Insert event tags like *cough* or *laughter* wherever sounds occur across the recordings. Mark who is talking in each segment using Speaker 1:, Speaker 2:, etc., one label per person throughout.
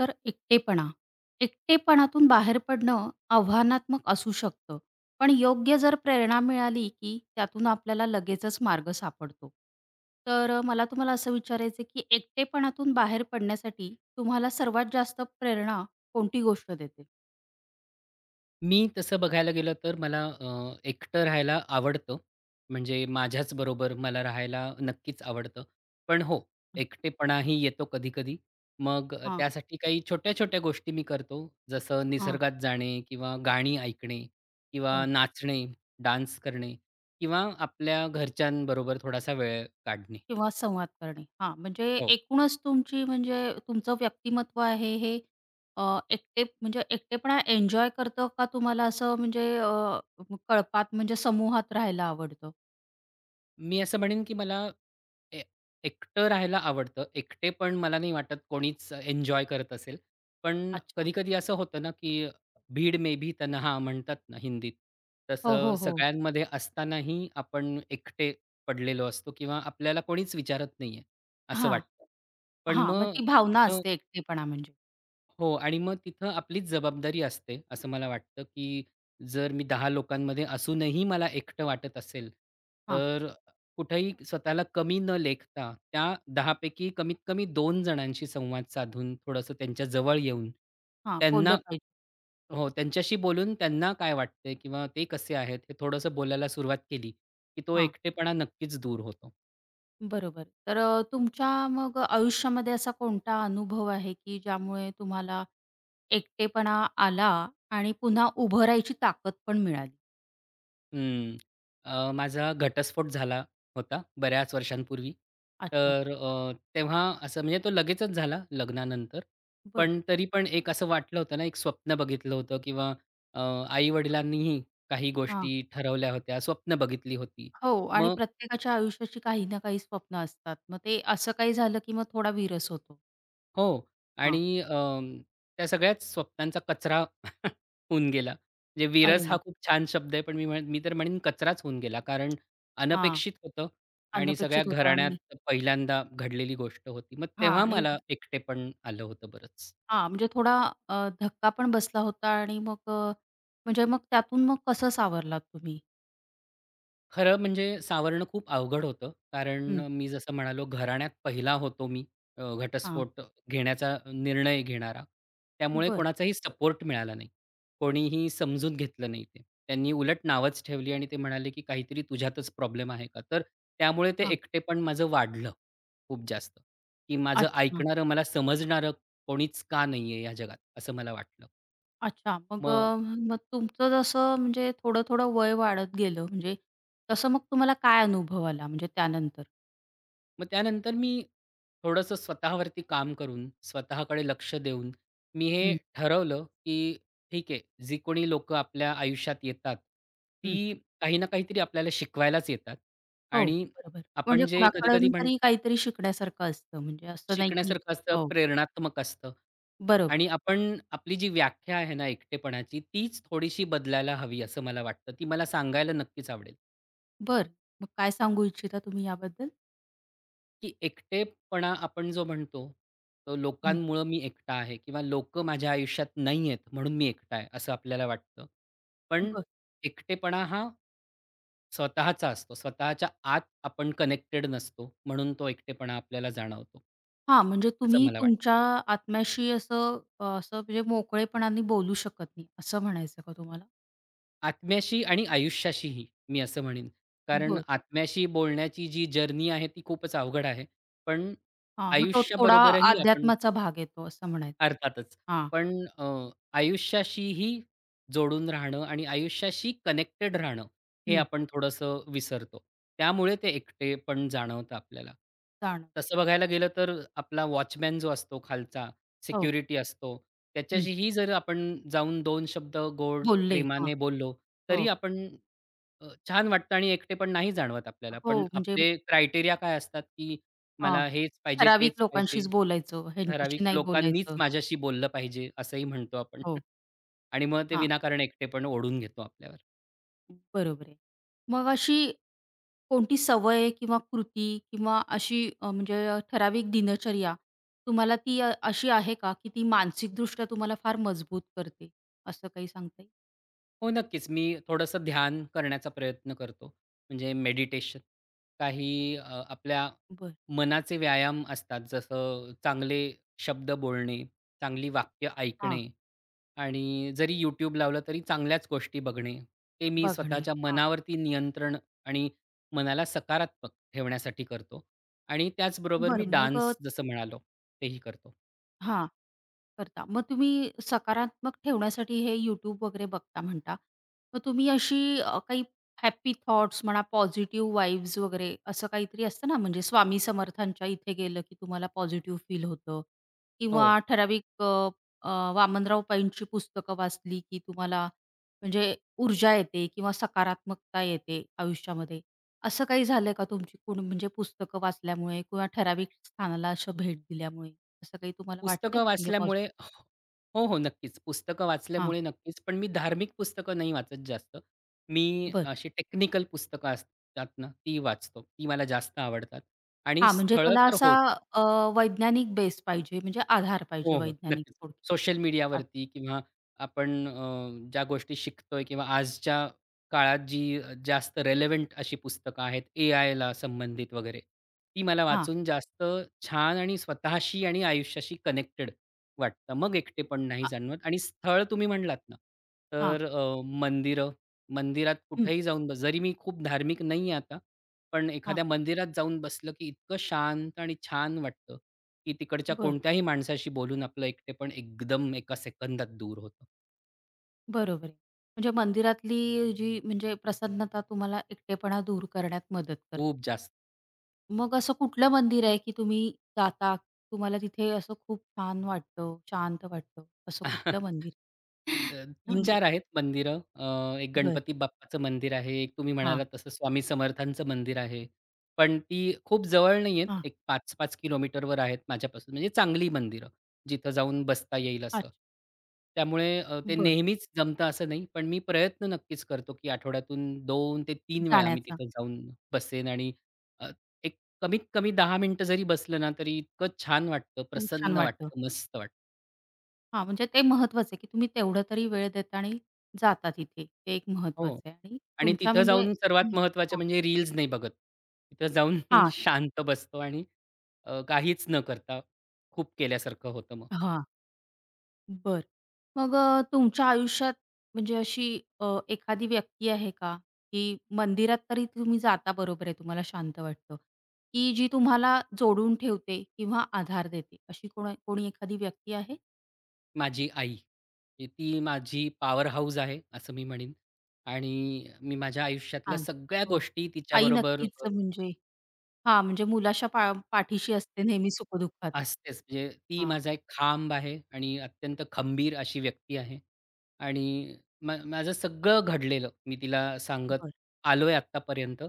Speaker 1: तर एकटेपणा. एकटेपणातून बाहेर पडणं आव्हानात्मक असू शकतं, पण योग्य जर प्रेरणा मिळाली, की त्यातून आपल्याला लगेचच मार्ग सापडतो. तर मला तुम्हाला असं विचारायचं की एकटेपणातून बाहेर पडण्यासाठी तुम्हाला सर्वात जास्त प्रेरणा कोणती गोष्ट देते?
Speaker 2: मी तसं बघायला गेलं तर मला एकटं राहायला आवडतं. म्हणजे माझ्याच बरोबर मला राहायला नक्कीच आवडतं. पण हो, एकटेपणाही येतो कधी-कधी. मग
Speaker 1: हां,
Speaker 2: त्यासाठी काही छोट्या-छोट्या गोष्टी मी करतो. जसं
Speaker 1: हां.
Speaker 2: निसर्गात जाणे किंवा गाणी ऐकणे किंवा
Speaker 1: हो.
Speaker 2: नाचणे, डान्स करणे किंवा आपल्या घरच्यांबरोबर थोडासा वेळ काढणे.
Speaker 1: किंवा संवाद करणे. हां, म्हणजे
Speaker 2: हो.
Speaker 1: एकूणच तुमची म्हणजे तुमचं व्यक्तिमत्व आहे हे एकटे म्हणजे एकटेपणा एन्जॉय करतं का तुम्हाला असं म्हणजे कळपात म्हणजे समूहात राहायला आवडतं?
Speaker 2: मी असं म्हणेन, की मला ए एकटं राहायला आवडतं. एकटे पण मला नाही वाटत कोणीच एन्जॉय करत असेल. पण
Speaker 1: अच्छा.
Speaker 2: कधी-कधी असं होतं ना, की "भीड में भी तन्हा" म्हणतात ना हिंदीत.
Speaker 1: हो,
Speaker 2: तसं
Speaker 1: हो, हो.
Speaker 2: सगळ्यांमध्ये असतानाही आपण एकटे पडलेलो असतो किंवा आपल्याला कोणीच विचारत नाहीये, असं
Speaker 1: हां,
Speaker 2: वाटतं. पण
Speaker 1: हां. मग
Speaker 2: मग
Speaker 1: ती भावना
Speaker 2: तिथं
Speaker 1: असते एकटेपणा म्हणजे.
Speaker 2: हो आणि मग तिथं आपलीच जबाबदारी असते, असं मला वाटतं, की जर मी 10 लोकांमध्ये असूनही मला एकटं वाटत असेल,
Speaker 1: हां,
Speaker 2: तर कुठेही स्वतःला कमी न लेखता त्या 10 पैकी कमीत कमी दोन जणांशी संवाद साधून थोडंसं त्यांच्या जवळ येऊन,
Speaker 1: हां.
Speaker 2: त्यांना
Speaker 1: बोललं पाहिजे.
Speaker 2: हो, त्यांच्याशी बोलून त्यांना काय वाटतंय किंवा ते कसे आहेत हे थोडंसं बोलायला सुरुवात केली, की तो
Speaker 1: हां,
Speaker 2: एकटेपणा नक्कीच दूर होतो.
Speaker 1: बरोबर. तर तुमच्या मग आयुष्यामध्ये असा कोणता अनुभव आहे की ज्यामुळे तुम्हाला एकटेपणा आला आणि पुन्हा उभं राहायची ताकद पण मिळाली?
Speaker 2: हं. माझा घटस्फोट झाला होता बऱ्याच वर्षांपूर्वी.
Speaker 1: अच्छा,
Speaker 2: तर तेव्हा असं म्हणजे तो लगेचच झाला लग्नानंतर.
Speaker 1: बरं.
Speaker 2: पण तरी पण एक असं वाटलं होतं ना, एक स्वप्न बघितलं होतं किंवा अ, आई-वडिलांनीही काही
Speaker 1: हां.
Speaker 2: गोष्टी ठरवल्या होत्या, स्वप्न बघितली होती.
Speaker 1: हो आणि
Speaker 2: मग
Speaker 1: प्रत्येकाच्या आयुष्याची काही ना काही स्वप्न असतात. मग ते असं काही झालं, की मग थोडा विरस होतो.
Speaker 2: हो
Speaker 1: हां.
Speaker 2: आणि त्या सगळ्याच स्वप्नांचा कचरा *laughs* होऊन गेला. म्हणजे विरस हा
Speaker 1: अरे!
Speaker 2: खूप छान शब्द आहे, पण मी म्हणेन मी तर म्हणेन कचराच होऊन गेला. कारण
Speaker 1: हां.
Speaker 2: अनपेक्षित होतं आणि सगळ्या
Speaker 1: अनपेक्षित होतं आणि
Speaker 2: घराण्यात पहिल्यांदा घडलेली गोष्ट होती. मग
Speaker 1: हां
Speaker 2: तेव्हा
Speaker 1: आणि
Speaker 2: मला एकटेपण आलं होतं बरंच.
Speaker 1: हां, म्हणजे थोडा धक्का पण बसला होता आणि मग म्हणजे मग त्यातून मग कसं सावरलात तुम्ही?
Speaker 2: खरं म्हणजे सावरणं खूप अवघड होतं. कारण
Speaker 1: हं.
Speaker 2: मी जसं म्हणालो घराण्यात पहिला होतो मी
Speaker 1: हां.
Speaker 2: घटस्फोट घेण्याचा निर्णय घेणारा. त्यामुळे
Speaker 1: बरं.
Speaker 2: कोणाचाही सपोर्ट मिळाला नाही. कोणीही समजून घेतलं नाही ते. त्यांनी उलट नावच ठेवली आणि ते म्हणाले, की "काहीतरी तुझ्यातच प्रॉब्लेम आहे का?" तर त्यामुळे ते
Speaker 1: हां.
Speaker 2: एकटेपण माझं वाढलं खूप जास्त, की माझं
Speaker 1: अच्छा,
Speaker 2: ऐकणारं, मला समजणारं कोणीच का नाहीये या जगात असं मला वाटलं.
Speaker 1: अच्छा.
Speaker 2: मग
Speaker 1: मग तुमचं जसं म्हणजे थोडं-थोडं वय वाढत गेलं म्हणजे तसं मग तुम्हाला काय अनुभव आला म्हणजे त्यानंतर?
Speaker 2: मग त्यानंतर मी थोडंसं स्वतःवरती काम करून, स्वतःकडे लक्ष देऊन, मी हे ठरवलं, की ठीक आहे, जी कोणी लोकं आपल्या आयुष्यात येतात,
Speaker 1: हं.
Speaker 2: ती काही ना काहीतरी आपल्याला शिकवायलाच येतात
Speaker 1: हो,
Speaker 2: आणि
Speaker 1: बरोबर.
Speaker 2: आपण
Speaker 1: म्हणजे
Speaker 2: जे कधी-कधी
Speaker 1: कुणाकडून
Speaker 2: म्हणतो
Speaker 1: तरी काहीतरी शिकण्यासारखं असतं म्हणजे असं नाही की
Speaker 2: शिकण्यासारखं असतं,
Speaker 1: हो,
Speaker 2: प्रेरणात्मक असतं
Speaker 1: बरोबर.
Speaker 2: आणि आपण आपली जी व्याख्या आहे ना एकटेपणाची, तीच थोडीशी बदलायला हवी असं मला वाटतं. ती मला सांगायला नक्कीच आवडेल.
Speaker 1: बरं. मग काय सांगू इच्छिता तुम्ही याबद्दल?
Speaker 2: की एकटेपणा आपण जो म्हणतो, तो
Speaker 1: हं.
Speaker 2: लोकांमुळं मी एकटा आहे किंवा लोक माझ्या आयुष्यात नाहीयेत म्हणून मी एकटा आहे, असं आपल्याला वाटतं. पण
Speaker 1: बरं.
Speaker 2: एकटेपणा हा स्वतःचा असतो. स्वतःच्या आत आपण कनेक्टेड नसतो, म्हणून तो एकटेपणा आपल्याला जाणवतो,
Speaker 1: हां, म्हणजे
Speaker 2: असं
Speaker 1: तुम्ही
Speaker 2: मला वाटतं.
Speaker 1: तुमच्या आत्म्याशी असं म्हणजे मोकळेपणाने बोलू शकत नाही, असं म्हणायचं का तुम्हाला?
Speaker 2: आत्म्याशी आणि आयुष्याशीही मी असं म्हणेन. कारण
Speaker 1: बरं.
Speaker 2: आत्म्याशी बोलण्याची जी जर्नी आहे ती खूपच अवघड आहे. पण
Speaker 1: हां, मग तो थोडा
Speaker 2: आयुष्याबरोबरही आपण
Speaker 1: अध्यात्माचा भाग येतो असं म्हणायचं.
Speaker 2: अर्थातच.
Speaker 1: हां.
Speaker 2: पण अ, आयुष्याशीही जोडून राहणं आणि आयुष्याशी कनेक्टेड राहणं, हे
Speaker 1: हं.
Speaker 2: आपण थोडंसं विसरतो. त्यामुळे ते एकटेपण जाणवतं आपल्याला.
Speaker 1: जाणवलं.
Speaker 2: तसं बघायला गेलं तर आपला वॉचमन जो असतो खालचा,
Speaker 1: हो.
Speaker 2: सिक्युरिटी असतो,
Speaker 1: हं.
Speaker 2: त्याच्याशीही जर आपण जाऊन दोन शब्द गोड
Speaker 1: बोलले. हां.
Speaker 2: प्रेमाने बोललो,
Speaker 1: हो.
Speaker 2: तरी आपण छान वाटतं आणि एकटेपण नाही जाणवत आपल्याला.
Speaker 1: हो,
Speaker 2: पण
Speaker 1: म्हणजे
Speaker 2: आपले क्रायटेरिया काय असतात, की
Speaker 1: हां.
Speaker 2: मला हेच पाहिजे,
Speaker 1: ठराविक
Speaker 2: तेच पाहिजे.
Speaker 1: लोकांशीच बोलायचं,
Speaker 2: ठराविक
Speaker 1: ह्यांच्याशी नाही
Speaker 2: लोकांनीच
Speaker 1: बोलायचं.
Speaker 2: माझ्याशी बोललं पाहिजे असंही म्हणतो आपण. *laughs*
Speaker 1: हो.
Speaker 2: आणि मग ते
Speaker 1: हां.
Speaker 2: विनाकारण एकटेपण ओढून घेतो आपल्यावर.
Speaker 1: बरोबर आहे. मग अशी कोणती सवय किंवा कृती किंवा अशी ठराविक दिनचर्या तुम्हाला ती अशी आहे का, की ती मानसिकदृष्ट्या तुम्हाला फार मजबूत करते? असं काही सांगता येईल?
Speaker 2: हो, नक्कीच मी थोडंसं ध्यान करण्याचा प्रयत्न करतो. म्हणजे मेडिटेशन. काही आपल्या
Speaker 1: बरं.
Speaker 2: मनाचे व्यायाम असतात. जसं चांगले शब्द बोलणे, चांगली वाक्य
Speaker 1: हां,
Speaker 2: ऐकणे. आणि जरी यूट्यूब लावलं तरी चांगल्याच गोष्टी बघणे. ते मी
Speaker 1: बघणे.
Speaker 2: स्वतःच्या
Speaker 1: हां.
Speaker 2: मनावरती नियंत्रण आणि मनाला सकारात्मक ठेवण्यासाठी करतो. आणि त्याचबरोबर मी
Speaker 1: बरं मग अ,
Speaker 2: डान्स जसं म्हणालो, तेही करतो.
Speaker 1: हां, करता. मग तुम्ही सकारात्मक ठेवण्यासाठी हे YouTube वगैरे बघता म्हणता. मग तुम्ही अशी काही हॅपी थॉट्स म्हणा, पॉझिटिव्ह वाइब्स वगैरे असं काहीतरी असतं ना, म्हणजे स्वामी समर्थांच्या इथे गेलं की तुम्हाला पॉझिटिव्ह फील होतं
Speaker 2: हो,
Speaker 1: किंवा अ, वामनराव पैंची पुस्तकं वाचली की तुम्हाला म्हणजे ऊर्जा येते किंवा सकारात्मकता येते आयुष्यामध्ये. असं काही झालंय का तुमची कोण म्हणजे पुस्तकं वाचल्यामुळे किंवा ठराविक स्थानाला असं भेट दिल्यामुळे? असं काही तुम्हाला वाटतंय?
Speaker 2: पुस्तकं
Speaker 1: म्हणजे
Speaker 2: वाचल्यामुळे
Speaker 1: पॉझिटिव्ह
Speaker 2: हो, हो, नक्कीच. पुस्तकं
Speaker 1: हां,
Speaker 2: वाचल्यामुळे नक्कीच. पण मी धार्मिक पुस्तकं नाही वाचत जास्त. मी
Speaker 1: बरं.
Speaker 2: अशी टेक्निकल पुस्तकं असतात ना, ती वाचतो. ती मला जास्त आवडतात. आणि
Speaker 1: हां, म्हणजे
Speaker 2: स्थळं
Speaker 1: त्याला
Speaker 2: तर
Speaker 1: असा
Speaker 2: होत.
Speaker 1: अ, वैज्ञानिक बेस पाहिजे, म्हणजे आधार पाहिजे
Speaker 2: हो, हो.
Speaker 1: वैज्ञानिक
Speaker 2: नक्कीच.
Speaker 1: थोडक्यात.
Speaker 2: सोशल
Speaker 1: अच्छा
Speaker 2: मीडियावरती किंवा आपण ज्या गोष्टी शिकतोय किंवा आजच्या काळात जी जास्त रेलेव्हंट अशी पुस्तकं आहेत, ए आयला संबंधित वगैरे, ती मला
Speaker 1: हां,
Speaker 2: वाचून जास्त छान आणि स्वतःशी आणि आयुष्याशी कनेक्टेड वाटतं. मग एकटेपण नाही
Speaker 1: आ
Speaker 2: जाणवत आणि स्थळ तुम्ही म्हणलात ना,
Speaker 1: हां,
Speaker 2: तर मंदिरं, मंदिरात
Speaker 1: हं,
Speaker 2: कुठेही जाऊन बस जरी मी खूप धार्मिक नाही आहे आता, पण
Speaker 1: हां,
Speaker 2: एखाद्या मंदिरात जाऊन बसलं की इतकं शांत आणि छान वाटतं. की तिकडच्या
Speaker 1: बरं,
Speaker 2: कोणत्याही माणसाशी बोलून आपलं एकटेपण एकदम एका सेकंदात दूर होतं.
Speaker 1: बरोबर आहे. म्हणजे मंदिरातली जी म्हणजे प्रसन्नता तुम्हाला एकटेपणा दूर करण्यात मदत करते.
Speaker 2: खूप जास्त.
Speaker 1: मग असं कुठलं मंदिर आहे, की तुम्ही जाता, तुम्हाला तिथे असं खूप छान वाटतं, शांत वाटतं, असं कुठलं
Speaker 2: *laughs* अ,
Speaker 1: मंदिर? *laughs* म्हणजे
Speaker 2: 3-4 आहेत मंदिरं. एक
Speaker 1: बरं,
Speaker 2: गणपती बाप्पाचं मंदिर आहे, एक तुम्ही
Speaker 1: हां,
Speaker 2: म्हणालात तसं स्वामी समर्थांचं मंदिर आहे. पण ती खूप जवळ नाही आहेत.
Speaker 1: हां,
Speaker 2: एक 5-5 किलोमीटरवर आहेत माझ्यापासून. म्हणजे चांगली मंदिरं, जिथं जाऊन बसता येईल असं.
Speaker 1: अच्छा,
Speaker 2: त्यामुळे ते
Speaker 1: बरं.
Speaker 2: नेहमीच जमतं असं नाही. पण मी प्रयत्न नक्कीच करतो, की आठवड्यातून 2 ते 3 वेळा मी
Speaker 1: जाण्याचा
Speaker 2: तिथं जाऊन बसेन आणि अ, एक कमीत कमी 10 मिनिटं जरी बसलं ना, तरी इतकं छान वाटतं,
Speaker 1: खूप छान
Speaker 2: प्रसन्न
Speaker 1: वाटतं.
Speaker 2: वाटतं, मस्त वाटतं.
Speaker 1: हां, म्हणजे ते महत्वाचं आहे, की तुम्ही तेवढा तरी वेळ देता आणि जाता तिथे. ते एक
Speaker 2: हो.
Speaker 1: महत्वाचं आहे आणि
Speaker 2: आणि
Speaker 1: तुमच्या
Speaker 2: तिथं
Speaker 1: म्हणजे
Speaker 2: जाऊन
Speaker 1: हं,
Speaker 2: सर्वात महत्त्वाचं
Speaker 1: हां,
Speaker 2: म्हणजे रील्स नाही बघत. तिथं जाऊन *laughs*
Speaker 1: हां,
Speaker 2: शांत बसतो आणि काहीच न करता खूप केल्यासारखं होतं मग.
Speaker 1: हां, बरं. तुमच्या आयुष्यात म्हणजे अशी एखादी व्यक्ती आहे का, की मंदिरात तरी तुम्ही जाता बरोबर आहे, तुम्हाला शांत वाटतं, की जी तुम्हाला जोडून ठेवते किंवा आधार देते, अशी कोणा कोणी एखादी व्यक्ती आहे?
Speaker 2: माझी आई, की ती माझी पॉवर हाऊस आहे असं मी म्हणेन आणि मी माझ्या आयुष्यातल्या
Speaker 1: छान.
Speaker 2: सगळ्या
Speaker 1: हो.
Speaker 2: गोष्टी
Speaker 1: आई
Speaker 2: तिच्याबरोबर
Speaker 1: नक्कीच म्हणजे हां, म्हणजे मुलाच्या पाठीशी असते नेहमी सुखदुःखात.
Speaker 2: असतेच. म्हणजे ती
Speaker 1: हां,
Speaker 2: माझा एक खांब आहे आणि अत्यंत खंबीर अशी व्यक्ती आहे आणि माझं सगळं घडलेलं मी तिला सांगत
Speaker 1: बरं.
Speaker 2: आलोय आत्तापर्यंत.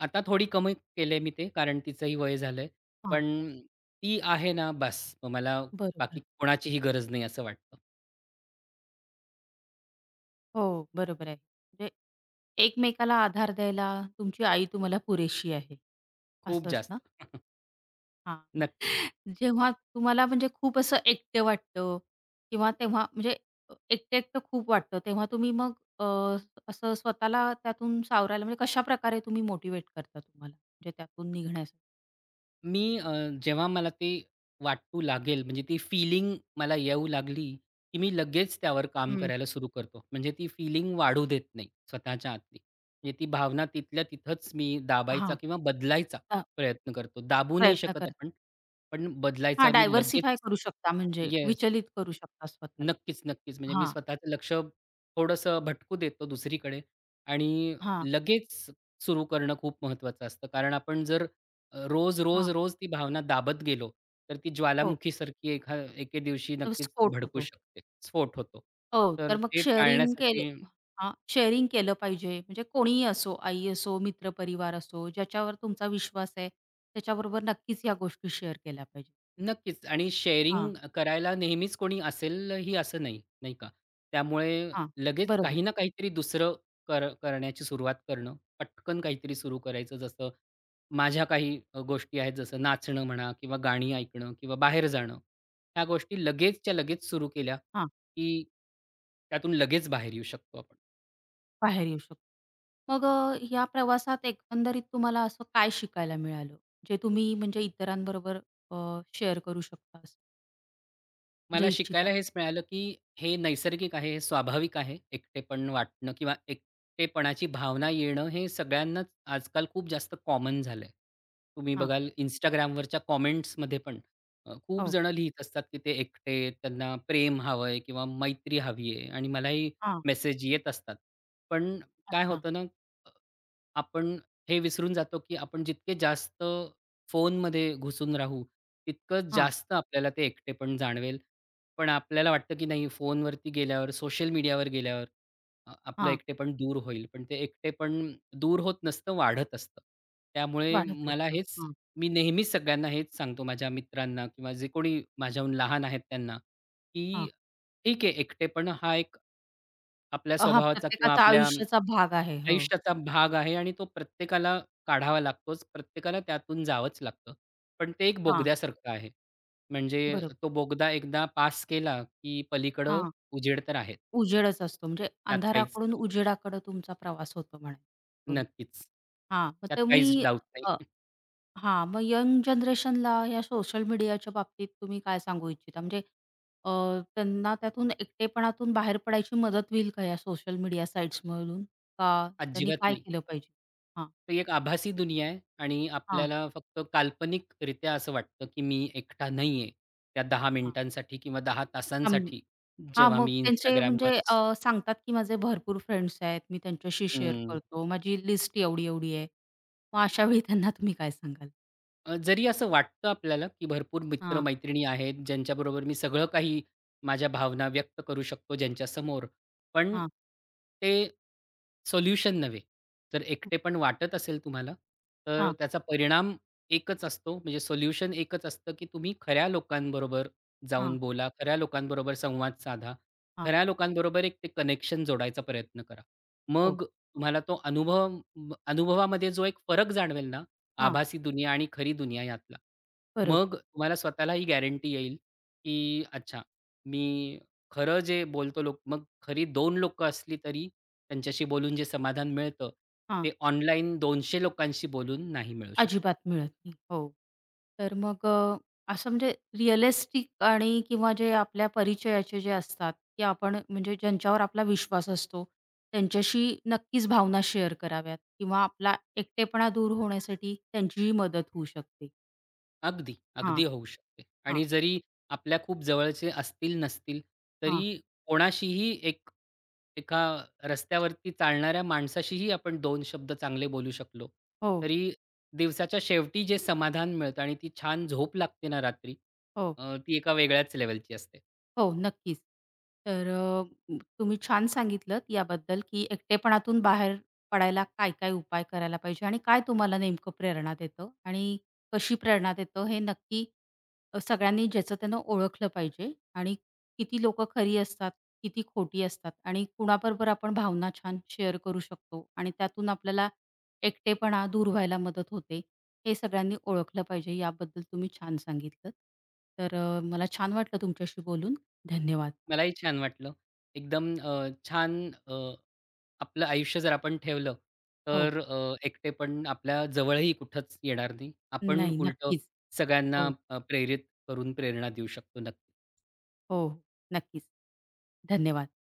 Speaker 2: आता थोडी कमी केले मी ते कारण तिचंही वय झालंय. पण ती आहे ना बस. मग मला बाकी
Speaker 1: बरोबर.
Speaker 2: कोणाचीही गरज नाही असं वाटतं.
Speaker 1: हो, बरोबर आहे. म्हणजे एकमेकाला आधार द्यायला तुमची आई तुम्हाला पुरेशी आहे,
Speaker 2: खूप
Speaker 1: असंच
Speaker 2: जास्त.
Speaker 1: ना?
Speaker 2: *laughs*
Speaker 1: हां.
Speaker 2: नक्कीच.
Speaker 1: *laughs* जेव्हा तुम्हाला म्हणजे खूप असं एकटं वाटतं किंवा तेव्हा म्हणजे एकटं-एकटं खूप वाटतं, तेव्हा तुम्ही मग अ, असं स्वतःला त्यातून सावरायला म्हणजे कशाप्रकारे तुम्ही मोटिव्हेट करता तुम्हाला म्हणजे त्यातून निघण्यासाठी?
Speaker 2: मी जेव्हा मला ते वाटू लागेल, म्हणजे ती फीलिंग मला येऊ लागली, की मी लगेच त्यावर काम
Speaker 1: हं.
Speaker 2: करायला सुरू करतो. म्हणजे ती फीलिंग वाढू देत नाही स्वतःच्या आतली. म्हणजे ती भावना तिथल्या तिथंच मी दाबायचा
Speaker 1: हां.
Speaker 2: किंवा बदलायचा
Speaker 1: अ,
Speaker 2: प्रयत्न करतो. दाबू नाही
Speaker 1: प्रयत्न
Speaker 2: शकत
Speaker 1: करता.
Speaker 2: आपण, पण
Speaker 1: हां,
Speaker 2: बदलायचा मी
Speaker 1: डायव्हर्सिफाय
Speaker 2: लगेच
Speaker 1: करू शकता म्हणजे
Speaker 2: येस.
Speaker 1: विचलित करू शकता स्वतःला.
Speaker 2: नक्कीच, नक्कीच. म्हणजे मी
Speaker 1: हां,
Speaker 2: स्वतःचं लक्ष थोडंसं भटकू देतो दुसरीकडे आणि
Speaker 1: हां,
Speaker 2: लगेच सुरू करणं खूप महत्त्वाचं असतं. कारण आपण जर रोज, रोज,
Speaker 1: हां.
Speaker 2: रोज ती भावना दाबत गेलो, तर ती
Speaker 1: हो.
Speaker 2: ज्वालामुखीसारखी एके दिवशी
Speaker 1: तर
Speaker 2: नक्कीच
Speaker 1: स्फोट
Speaker 2: भडकू
Speaker 1: होतो.
Speaker 2: शकते. स्फोट होतो.
Speaker 1: हो,
Speaker 2: तर
Speaker 1: तर मग
Speaker 2: ते
Speaker 1: शेअरिंग केलं
Speaker 2: टाळण्यासाठी
Speaker 1: हां, शेअरिंग केलं पाहिजे. म्हणजे कोणीही असो, आई असो, मित्रपरिवार असो, ज्याच्यावर तुमचा विश्वास आहे, त्याच्याबरोबर नक्कीच ह्या गोष्टी शेअर केल्या पाहिजेत.
Speaker 2: नक्कीच आणि
Speaker 1: हां,
Speaker 2: शेअरिंग करायला नेहमीच कोणी असेल ही असं नाही, नाही का? त्यामुळे
Speaker 1: हां,
Speaker 2: लगेच
Speaker 1: बरोबर
Speaker 2: काही
Speaker 1: आहे.
Speaker 2: ना काहीतरी दुसरं करण्याची सुरुवात करणं, पटकन काहीतरी सुरू करायचं. जसं माझ्या काही गोष्टी आहेत जसं नाचणं म्हणा किंवा गाणी ऐकणं किंवा बाहेर जाणं. ह्या गोष्टी लगेचच्या लगेच सुरू केल्या,
Speaker 1: हां,
Speaker 2: की त्यातून लगेच बाहेर येऊ शकतो आपण.
Speaker 1: बाहेर येऊ शकतो. या प्रवासात एकंदरीत तुम्हाला असं काय शिकायला मिळालं? जे तुम्ही म्हणजे इतरांबरोबर शेअर करू शकता असं
Speaker 2: मला
Speaker 1: म्हणजे इच्छिता?
Speaker 2: शिकायला हेच मिळालं, की हे नैसर्गिक आहे, हे स्वाभाविक आहे. एकटेपण वाटणं किंवा एकटेपणाची भावना येणं हे सगळ्यांनाच आजकाल खूप जास्त कॉमन झालंय. तुम्ही
Speaker 1: हां,
Speaker 2: बघाल Instagramवरच्या कमेंट्समध्ये पण खूप
Speaker 1: हो,
Speaker 2: जण लिहीत असतात, की ते एकटे, त्यांना प्रेम हवंय किंवा मैत्री हवी आहे आणि मलाही
Speaker 1: हां,
Speaker 2: मेसेज येत असतात. पण काय
Speaker 1: अच्छा.
Speaker 2: होतं ना आपण हे विसरून जातो, की आपण जितके जास्त फोनमध्ये घुसून राहू, तितकंच
Speaker 1: हां,
Speaker 2: जास्त आपल्याला ते एकटेपण जाणवेल. पण आपल्याला वाटतं, की नाही फोनवरती गेल्यावर, सोशल मीडियावर गेल्यावर आपलं
Speaker 1: हां,
Speaker 2: एकटेपण दूर होईल. पण ते एकटेपण दूर होत नसतं, वाढत असतं. त्यामुळे
Speaker 1: वाढत
Speaker 2: मला
Speaker 1: असतं.
Speaker 2: हेच
Speaker 1: हां,
Speaker 2: मी नेहमीच सगळ्यांना हेच सांगतो माझ्या मित्रांना किंवा जे कोणी माझ्याहून लहान आहेत त्यांना, की
Speaker 1: हां.
Speaker 2: ठीक आहे एकटेपण हा एक आपल्या
Speaker 1: हां,
Speaker 2: स्वभावाचा किंवा
Speaker 1: प्रत्येकाचा
Speaker 2: आपल्या
Speaker 1: आयुष्याचा भाग आहे. हो,
Speaker 2: आयुष्याचा भाग आहे आणि तो प्रत्येकाला काढावा लागतोच. प्रत्येकाला त्यातून जावंच लागतं. पण ते एक बोगद्यासारखं आहे. म्हणजे
Speaker 1: बरोबर.
Speaker 2: तो बोगदा एकदा पास केला, की पलीकडं
Speaker 1: हां,
Speaker 2: उजेड तर आहे.
Speaker 1: उजेडच असतो. म्हणजे
Speaker 2: त्यात काहीच
Speaker 1: अंधाराकडून उजेडाकडे तुमचा प्रवास होतो म्हणायचा.
Speaker 2: नक्कीच.
Speaker 1: हां, मग
Speaker 2: त्यात काहीच
Speaker 1: तुम्ही
Speaker 2: डाउट नाही.
Speaker 1: अ,
Speaker 2: *laughs*
Speaker 1: हां, मग यंग जनरेशनला या सोशल मीडियाच्या बाबतीत तुम्ही काय सांगू इच्छिता? म्हणजे अ, त्यांना त्यातून एकटेपणातून बाहेर पडायची मदत होईल का या सोशल मीडिया साइट्समधून? का त्यांनी
Speaker 2: अजिबात
Speaker 1: काय
Speaker 2: नाही.
Speaker 1: केलं पाहिजे? हां,
Speaker 2: ती एक आभासी दुनिया आहे आणि
Speaker 1: हां,
Speaker 2: आपल्याला फक्त काल्पनिकरित्या असं वाटतं, की मी एकटा नाहीये. त्या 10
Speaker 1: हां.
Speaker 2: मिनिटांसाठी किंवा 10
Speaker 1: थांब
Speaker 2: तासांसाठी
Speaker 1: हां,
Speaker 2: जेव्हा
Speaker 1: मग
Speaker 2: मी
Speaker 1: त्यांचे म्हणजे
Speaker 2: Instagramवर असतो.
Speaker 1: अ, सांगतात की माझे भरपूर फ्रेंड्स आहेत, मी त्यांच्याशी शेअर
Speaker 2: हं.
Speaker 1: करतो, माझी लिस्ट एवढी-एवढी आहे. मग अशावेळी त्यांना तुम्ही काय सांगाल?
Speaker 2: जरी असं वाटतं आपल्याला, की भरपूर
Speaker 1: हां,
Speaker 2: मित्र-मैत्रिणी आहेत, ज्यांच्याबरोबर मी सगळं काही माझ्या भावना व्यक्त करू शकतो ज्यांच्यासमोर. पण
Speaker 1: हां,
Speaker 2: ते सोल्युशन नव्हे. जर एकटेपण वाटत असेल तुम्हाला, तर
Speaker 1: हां,
Speaker 2: त्याचा परिणाम एकच असतो, म्हणजे सोल्युशन एकच असतं, की तुम्ही खऱ्या लोकांबरोबर
Speaker 1: हां,
Speaker 2: जाऊन बोला, खऱ्या लोकांबरोबर संवाद साधा,
Speaker 1: हां,
Speaker 2: खऱ्या लोकांबरोबर एक ते कनेक्शन जोडायचा प्रयत्न करा.
Speaker 1: हो,
Speaker 2: मग तुम्हाला तो अनुभवामध्ये जो एक फरक जाणवेल ना,
Speaker 1: हां,
Speaker 2: आभासी दुनिया आणि खरी दुनिया यातला.
Speaker 1: बरोबर,
Speaker 2: मग तुम्हाला स्वतःला ही गॅरंटी येईल, की अच्छा मी खरं जे बोलतो लोक मग खरी 2 लोकं असली तरी त्यांच्याशी बोलून जे समाधान मिळतं,
Speaker 1: हां,
Speaker 2: ते ऑनलाईन 200 लोकांशी बोलून नाही मिळू शकत.
Speaker 1: अजिबात मिळत नाही. हो. तर मग अ, असं म्हणजे रिअलिस्टिक आणि किंवा जे आपल्या परिचयाचे जे असतात, की आपण म्हणजे ज्यांच्यावर आपला विश्वास असतो, त्यांच्याशी नक्कीच भावना शेअर कराव्यात किंवा आपला एकटेपणा दूर होण्यासाठी त्यांचीही मदत होऊ शकते.
Speaker 2: अगदी,
Speaker 1: हां,
Speaker 2: अगदी होऊ शकते.
Speaker 1: हां,
Speaker 2: आणि जरी आपल्या खूप जवळचे असतील नसतील,
Speaker 1: हां.
Speaker 2: तरी कोणाशीही एका रस्त्यावरती चालणाऱ्या माणसाशीही आपण दोन शब्द चांगले बोलू शकलो,
Speaker 1: हो,
Speaker 2: तरी दिवसाच्या शेवटी जे समाधान मिळतं आणि ती छान झोप लागते ना रात्री,
Speaker 1: हो.
Speaker 2: ती एका वेगळ्याच लेव्हलची असते.
Speaker 1: हो, नक्कीच. तर तुम्ही छान सांगितलंत याबद्दल, की एकटेपणातून बाहेर पडायला काय-काय उपाय करायला पाहिजे आणि काय तुम्हाला नेमकं प्रेरणा देतं आणि कशी प्रेरणा देतं हे नक्की सगळ्यांनी ज्याचं त्यानं ओळखलं पाहिजे आणि किती लोकं खरी असतात, किती खोटी असतात आणि कुणाबरोबर आपण भावना छान शेअर करू शकतो आणि त्यातून आपल्याला एकटेपणा दूर व्हायला मदत होते, हे सगळ्यांनी ओळखलं पाहिजे याबद्दल तुम्ही छान सांगितलंत. तर मला छान वाटलं तुमच्याशी बोलून. धन्यवाद.
Speaker 2: मलाही छान वाटलं. एकदम छान आपलं आयुष्य जर आपण ठेवलं,
Speaker 1: हो.
Speaker 2: तर एकटेपण आपल्या जवळही कुठंच येणार नाही. आपण
Speaker 1: नाही,
Speaker 2: उलटं
Speaker 1: नक्कीच.
Speaker 2: सगळ्यांना
Speaker 1: हो,
Speaker 2: प्रेरित करून प्रेरणा देऊ शकतो नक्कीच.
Speaker 1: हो. नक्कीच. धन्यवाद.